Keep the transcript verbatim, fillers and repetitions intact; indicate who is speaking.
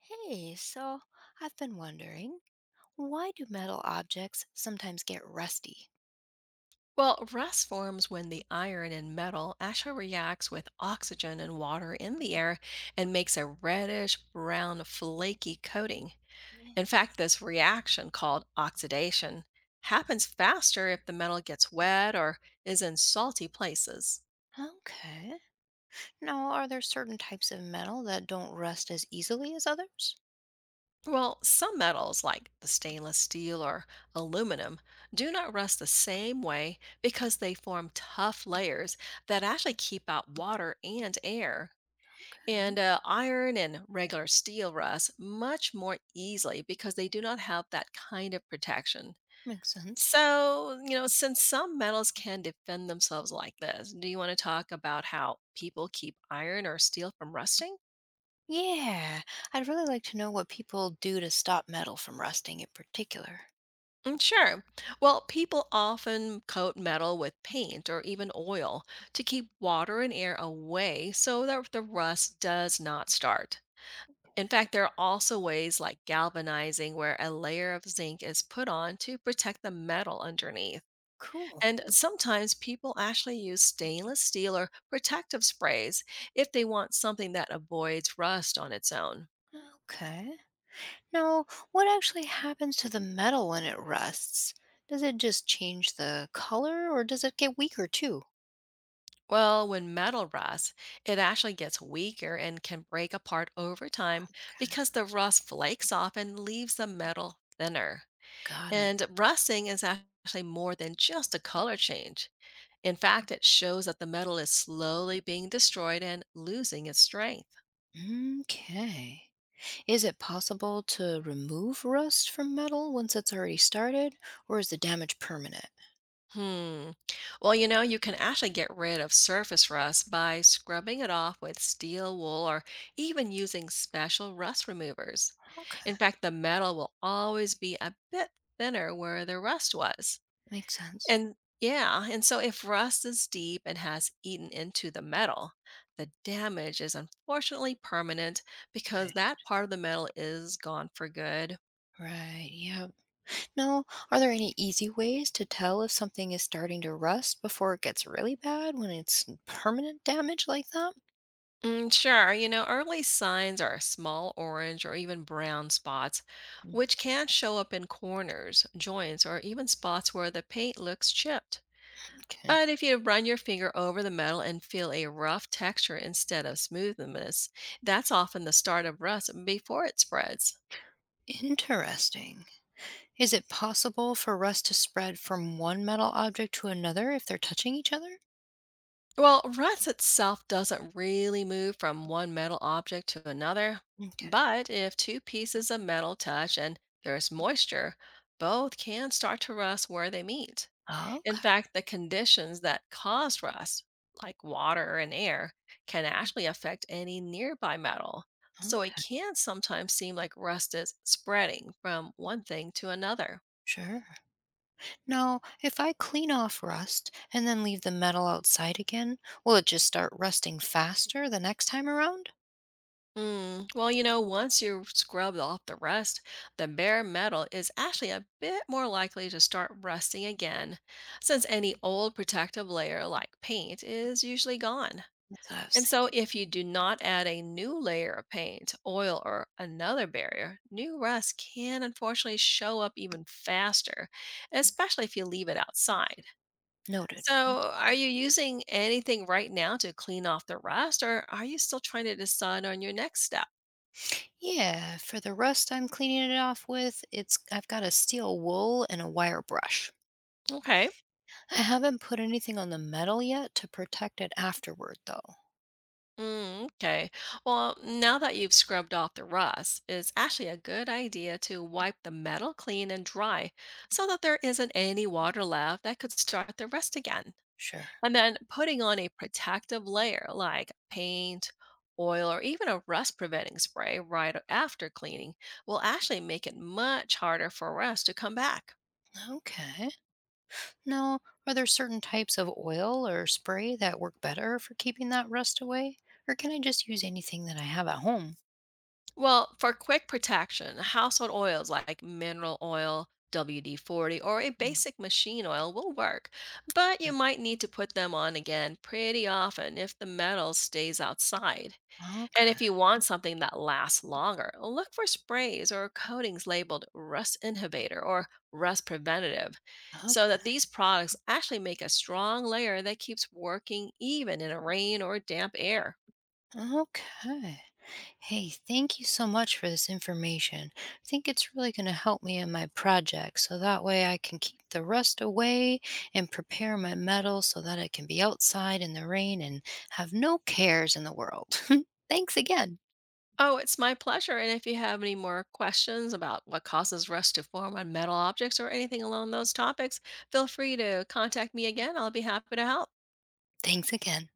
Speaker 1: Hey, so I've been wondering, why do metal objects sometimes get rusty?
Speaker 2: Well, rust forms when the iron in metal actually reacts with oxygen and water in the air and makes a reddish brown flaky coating. In
Speaker 1: Yeah.
Speaker 2: fact, this reaction, called oxidation, happens faster if the metal gets wet or is in salty places.
Speaker 1: Okay. Now, are there certain types of metal that don't rust as easily as others?
Speaker 2: Well, some metals, like the stainless steel or aluminum, do not rust the same way because they form tough layers that actually keep out water and air.
Speaker 1: Okay,
Speaker 2: And uh, Iron and regular steel rust much more easily because they do not have that kind of protection.
Speaker 1: makes sense.
Speaker 2: So, you know, since some metals can defend themselves like this, do you want to talk about how people keep iron or steel from rusting?
Speaker 1: Yeah, I'd really like to know what people do to stop metal from rusting in particular.
Speaker 2: Mm, sure. Well, people often coat metal with paint or even oil to keep water and air away so that the rust does not start. In fact, there are also ways like galvanizing, where a layer of zinc is put on to protect the metal underneath.
Speaker 1: Cool.
Speaker 2: And sometimes people actually use stainless steel or protective sprays if they want something that avoids rust on its own.
Speaker 1: Okay. Now, what actually happens to the metal when it rusts? Does it just change the color or does it get weaker too?
Speaker 2: Well, when metal rusts, it actually gets weaker and can break apart over time
Speaker 1: Okay.
Speaker 2: because the rust flakes off and leaves the metal thinner.
Speaker 1: Got it.
Speaker 2: And rusting is actually more than just a color change. In fact, it shows that the metal is slowly being destroyed and losing its strength.
Speaker 1: Okay. Is it possible to remove rust from metal once it's already started, or is the damage permanent?
Speaker 2: Hmm. Well, you know, you can actually get rid of surface rust by scrubbing it off with steel wool or even using special rust removers.
Speaker 1: Okay.
Speaker 2: In fact, the metal will always be a bit thinner where the rust was.
Speaker 1: Makes sense.
Speaker 2: And yeah, and so if rust is deep and has eaten into the metal, the damage is unfortunately permanent because
Speaker 1: Right.
Speaker 2: that part of the metal is gone for good.
Speaker 1: Right. Yeah. Now, are there any easy ways to tell if something is starting to rust before it gets really bad when it's permanent damage like that?
Speaker 2: Mm, sure. You know, early signs are small orange or even brown spots,
Speaker 1: Mm.
Speaker 2: which can show up in corners, joints, or even spots where the paint looks chipped.
Speaker 1: Okay.
Speaker 2: But if you run your finger over the metal and feel a rough texture instead of smoothness, that's often the start of rust before it spreads.
Speaker 1: Interesting. Is it possible for rust to spread from one metal object to another if they're touching each other?
Speaker 2: Well, rust itself doesn't really move from one metal object to another,
Speaker 1: Okay.
Speaker 2: but if two pieces of metal touch and there's moisture, both can start to rust where they meet.
Speaker 1: Okay.
Speaker 2: In fact, the conditions that cause rust, like water and air, can actually affect any nearby metal. So it
Speaker 1: Okay.
Speaker 2: can sometimes seem like rust is spreading from one thing to another.
Speaker 1: Sure. Now, if I clean off rust and then leave the metal outside again, will it just start rusting faster the next time around?
Speaker 2: Mm. Well, you know, once you scrub off the rust, the bare metal is actually a bit more likely to start rusting again, since any old protective layer like paint is usually gone.
Speaker 1: That's what I was
Speaker 2: And so,
Speaker 1: thinking.
Speaker 2: if you do not add a new layer of paint, oil, or another barrier, new rust can unfortunately show up even faster, especially if you leave it outside.
Speaker 1: Noted. Mm-hmm.
Speaker 2: So, are you using anything right now to clean off the rust, or are you still trying to decide on your next step?
Speaker 1: Yeah, for the rust I'm cleaning it off with, it's I've got a steel wool and a wire brush.
Speaker 2: Okay.
Speaker 1: I haven't put anything on the metal yet to protect it afterward though.
Speaker 2: Mm, okay. Well, now that you've scrubbed off the rust, it's actually a good idea to wipe the metal clean and dry so that there isn't any water left that could start the rust again.
Speaker 1: Sure.
Speaker 2: And then putting on a protective layer like paint, oil, or even a rust preventing spray right after cleaning will actually make it much harder for rust to come back.
Speaker 1: Okay. Now, are there certain types of oil or spray that work better for keeping that rust away? Or can I just use anything that I have at home?
Speaker 2: Well, for quick protection, household oils like mineral oil, W D forty, or a
Speaker 1: Mm.
Speaker 2: basic machine oil will work, but you
Speaker 1: Mm.
Speaker 2: might need to put them on again pretty often if the metal stays outside. And if you
Speaker 1: Okay.
Speaker 2: want something that lasts longer, look for sprays or coatings labeled rust inhibitor or rust preventative so
Speaker 1: Okay.
Speaker 2: that these products actually make a strong layer that keeps working even in a rain or damp air.
Speaker 1: Okay. Hey, thank you so much for this information. I think it's really going to help me in my project so that way I can keep the rust away and prepare my metal so that it can be outside in the rain and have no cares in the world. Thanks again.
Speaker 2: Oh, it's my pleasure. And if you have any more questions about what causes rust to form on metal objects or anything along those topics, feel free to contact me again. I'll be happy to help.
Speaker 1: Thanks again.